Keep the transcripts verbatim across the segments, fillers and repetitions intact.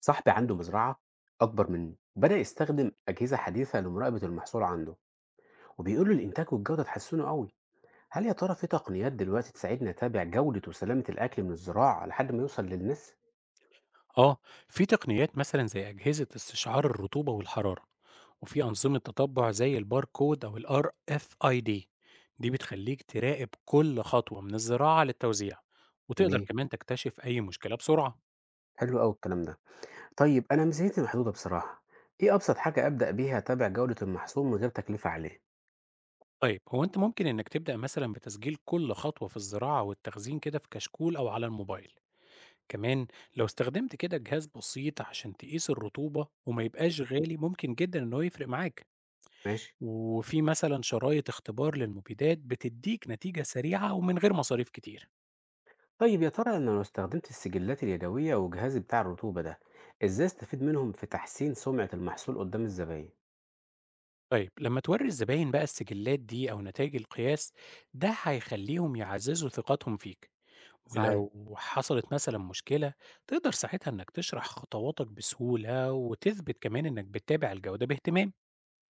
صاحبي عنده مزرعة أكبر منه، بدأ يستخدم أجهزة حديثة لمراقبة المحصول عنده، وبيقول له الإنتاج والجودة اتحسنوا قوي. هل يا ترى في تقنيات دلوقتي تساعدنا نتابع جودة وسلامة الأكل من الزراعة لحد ما يوصل للناس؟ آه، في تقنيات مثلًا زي أجهزة استشعار الرطوبة والحرارة، وفي أنظمة تتبع زي الباركود أو الRFID، دي دي بتخليك تراقب كل خطوة من الزراعة للتوزيع، وتقدر جميل، كمان تكتشف أي مشكلة بسرعة. حلو قوي الكلام ده. طيب أنا ميزانيتي محدودة بصراحة، إيه أبسط حاجة أبدأ بيها أتابع جودة المحصول من غير تكلفة عليه؟ طيب هو أنت ممكن إنك تبدأ مثلًا بتسجيل كل خطوة في الزراعة والتخزين كده في كشكول أو على الموبايل، كمان لو استخدمت كده جهاز بسيط عشان تقيس الرطوبة وما يبقاش مهم. غالي ممكن جدًا إن هو يفرق معاك. ماشي. وفي مثلًا شرايط اختبار للمبيدات بتدّيك نتيجة سريعة ومن غير مصاريف كتير. طيب يا ترى أنا لو استخدمت السجلات اليدوية وجهازي بتاع الرطوبة ده، إزاي أستفيد منهم في تحسين سمعة المحصول قدام الزبائن؟ طيب لمّا تورّي الزباين بقى السجلّات دي أو نتايج القياس، ده هيخلّيهم يعزّزوا ثقتهم فيك، صحيح. ولو حصلت مثلًا مشكلة تقدر ساعتها إنك تشرح خطواتك بسهولة وتثبت كمان إنك بتتابع الجودة باهتمام.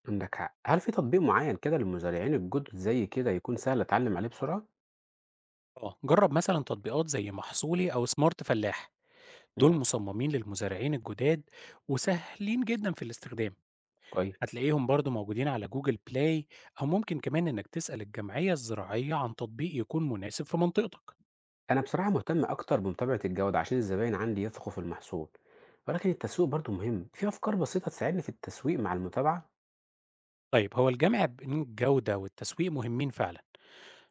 عندك حق، هل في تطبيق معين كده للمزارعين الجدد زي كده يكون سهل اتعلم عليه بسرعة؟ آه، جرّب مثلًا تطبيقات زي محصولي أو سمارت فلاح، مم. دول مصممين للمزارعين الجداد وسهلين جدًا في الاستخدام. كويس. هتلاقيهم برضو موجودين على جوجل بلاي أو ممكن كمان إنك تسأل الجمعية الزراعية عن تطبيق يكون مناسب في منطقتك. انا بصراحة مهتم اكتر بمتابعة الجودة عشان الزباين عندي يثقوا في المحصول، ولكن التسويق برضو مهم، في افكار بسيطة تساعدني في التسويق مع المتابعة؟ طيب هو الجمع بين الجودة والتسويق مهمين فعلا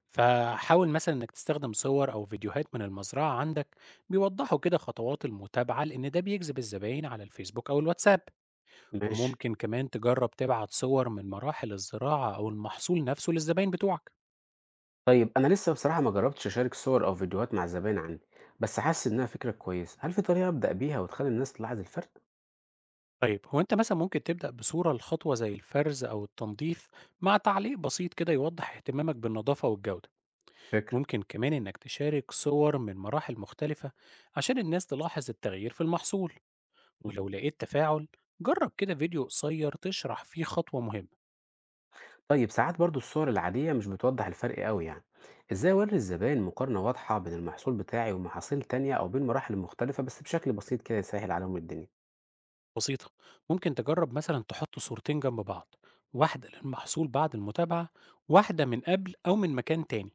فحاول مثلا إنك تستخدم صور أو فيديوهات من المزرعة عندك بيوضحوا كده خطوات المتابعة لأن ده بيجذب الزباين على الفيسبوك أو الواتساب. ماشي. وممكن كمان تجرب تبعت صور من مراحل الزراعة أو المحصول نفسه للزباين بتوعك. طيب انا لسه بصراحة ما جربتش اشارك صور او فيديوهات مع الزباين عندي، بس حاسس انها فكرة كويسة، هل في طريقة ابدأ بيها وتخلي الناس تلاحظ الفرق؟ طيب هو أنت مثلا ممكن تبدأ بصورة لخطوة زي الفرز أو التنظيف مع تعليق بسيط كده يوضح اهتمامك بالنظافة والجودة. فكرة. ممكن كمان إنك تشارك صور من مراحل مختلفة عشان الناس تلاحظ التغيير في المحصول، ولو لقيت تفاعل جرب كده فيديو قصير تشرح فيه خطوة مهمة. طيب ساعات برضو الصور العادية مش بتوضح الفرق قوي يعني، ازاي اوري الزبائن مقارنة واضحة بين المحصول بتاعي ومحاصيل تانية او بين مراحل مختلفة بس بشكل بسيط كده يسهل عليهم الدنيا؟ بسيطة، ممكن تجرب مثلا تحط صورتين جنب بعض، واحدة للمحصول بعد المتابعة، واحدة من قبل أو من مكان تاني،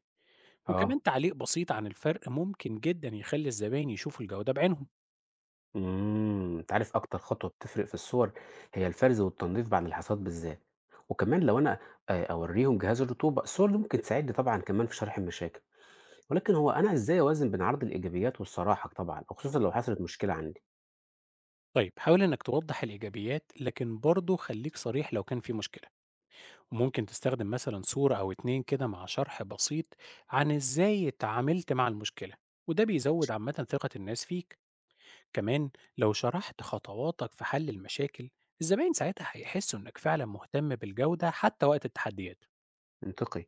اه. وكمان تعليق بسيط عن الفرق ممكن جدا يخلي الزبائن يشوفوا الجودة بعينهم. امم انت عارف اكتر خطوة بتفرق في الصور هي الفرز والتنظيف بعد الحصاد بالذات. وكمان لو انا، آه، اوريهم جهاز الرطوبة، الصور دي ممكن تساعدني طبعا كمان في شرح المشاكل. ولكن هو انا ازاي اوازن بين عرض الايجابيات والصراحة طبعا خصوصا لو حصلت مشكلة عندي؟ طيب حاول إنك توضح الإيجابيات لكن برضه خليك صريح لو كان في مشكلة، وممكن تستخدم مثلا صورة أو اتنين كده مع شرح بسيط عن إزاي اتعاملت مع المشكلة، وده بيزود عامة ثقة الناس فيك. كمان لو شرحت خطواتك في حل المشاكل، الزباين ساعتها هيحسوا إنك فعلا مهتم بالجودة حتى وقت التحديات. منطقي.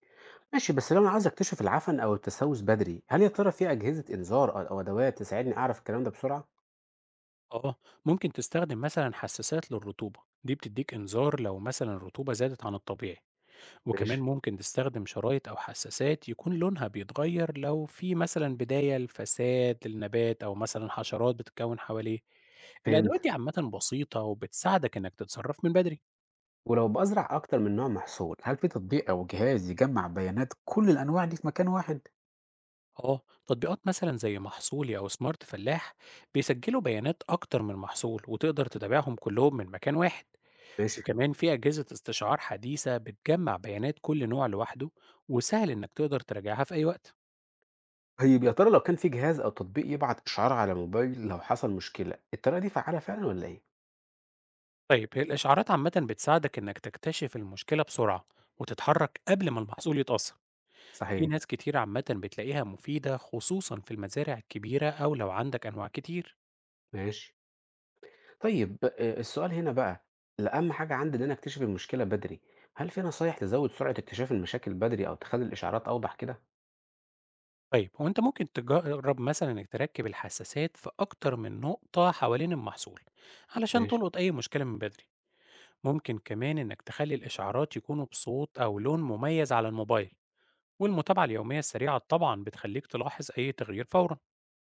ماشي، بس لو انا عايز اكتشف العفن او التسوس بدري، هل يا ترى في اجهزه انذار او ادوات تساعدني اعرف الكلام ده بسرعه؟ آه، ممكن تستخدم مثلا حساسات للرطوبة، دي بتديك إنذار لو مثلا الرطوبة زادت عن الطبيعي، وكمان ماشي. ممكن تستخدم شرايط أو حساسات يكون لونها بيتغير لو في مثلا بداية لفساد النبات أو مثلا حشرات بتتكون حواليه. الأدوات فهمت. دي عامة بسيطة وبتساعدك إنك تتصرف من بدري. ولو بزرع اكتر من نوع محصول، هل في تطبيق او جهاز يجمع بيانات كل الانواع دي في مكان واحد؟ اه، تطبيقات مثلا زي محصولي أو سمارت فلاح بيسجلوا بيانات أكتر من محصول وتقدر تتابعهم كلهم من مكان واحد. ماشي. وكمان في أجهزة استشعار حديثة بتجمع بيانات كل نوع لوحده، وسهل إنك تقدر تراجعها في أي وقت. طيب يا ترى لو كان في جهاز او تطبيق يبعت اشعار على موبايل لو حصل مشكله، الطريقه دي فعاله فعلا ولا ايه؟ طيب هي الإشعارات عامة بتساعدك إنك تكتشف المشكلة بسرعة، وتتحرك قبل ما المحصول يتأثر. في صحيح. ناس كتير عامة بتلاقيها مفيدة خصوصا في المزارع الكبيرة أو لو عندك أنواع كتير. ماشي. طيب آه، السؤال هنا بقى، لا، اهم حاجه عندي ان انا اكتشف المشكله بدري، هل في نصايح تزود سرعه اكتشاف المشاكل بدري او تخلي الاشعارات اوضح كده؟ طيب هو أنت ممكن تجرب مثلا إنك تركب الحساسات في أكتر من نقطة حوالين المحصول علشان ماشي. تلقط أي مشكلة من بدري. ممكن كمان إنك تخلي الإشعارات يكونوا بصوت أو لون مميز على الموبايل، والمتابعة اليومية السريعة طبعا بتخليك تلاحظ أي تغيير فورا.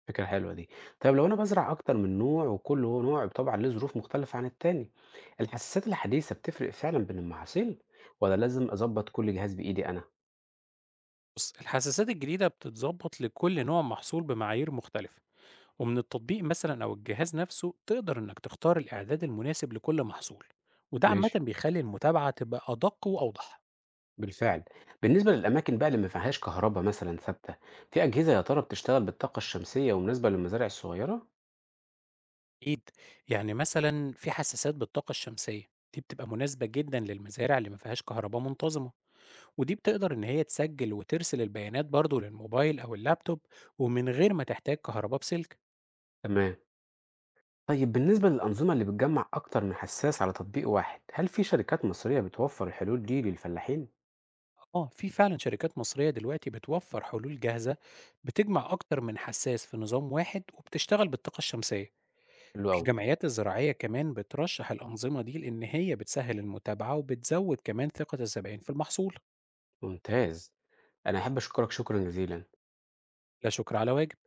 فكرة حلوة دي. طيب لو أنا بازرع أكتر من نوع وكل نوع طبعًا ليه ظروف مختلفة عن التاني، الحساسات الحديثة بتفرق فعلًا بين المحاصيل والّا لازم أضبط كل جهاز بإيدي أنا؟ بُص، الحساسات الجديدة بتتضبط لكل نوع محصول بمعايير مختلفة، ومن التطبيق مثلًا أو الجهاز نفسه تقدر إنك تختار الإعداد المناسب لكل محصول، وده عامةً ماشي، بيخلي المتابعة تبقى أدق وأوضح. بالفعل. بالنسبة للأماكن بقى اللي ما فيهاش كهربا مثلًا ثابتة، في أجهزة يا ترى بتشتغل بالطاقة الشمسية ومناسبة للمزارع الصغيرة؟ أكيد، يعني مثلًا في حساسات بالطاقة الشمسية، دي بتبقى مناسبة جدًا للمزارع اللي ما فيهاش كهرباء منتظمة، ودي بتقدر إن هي تسجل وترسل البيانات برضه للموبايل أو اللابتوب، ومن غير ما تحتاج كهرباء بسلك. تمام. طيب بالنسبة للأنظمة اللي بتجمع أكتر من حساس على تطبيق واحد، هل في شركات مصرية بتوفر الحلول دي للفلاحين؟ آه، في فعلًا شركات مصرية دلوقتي بتوفّر حلول جاهزة بتجمع أكتر من حساس في نظام واحد وبتشتغل بالطاقة الشمسية. حلو أوي. الجمعيات الزراعية كمان بترشح الأنظمة دي لأن هي بتسهّل المتابعة وبتزوّد كمان ثقة الزبائن في المحصول. ممتاز. أنا أحب أشكرك شكرًا جزيلًا. لا شكر على واجب.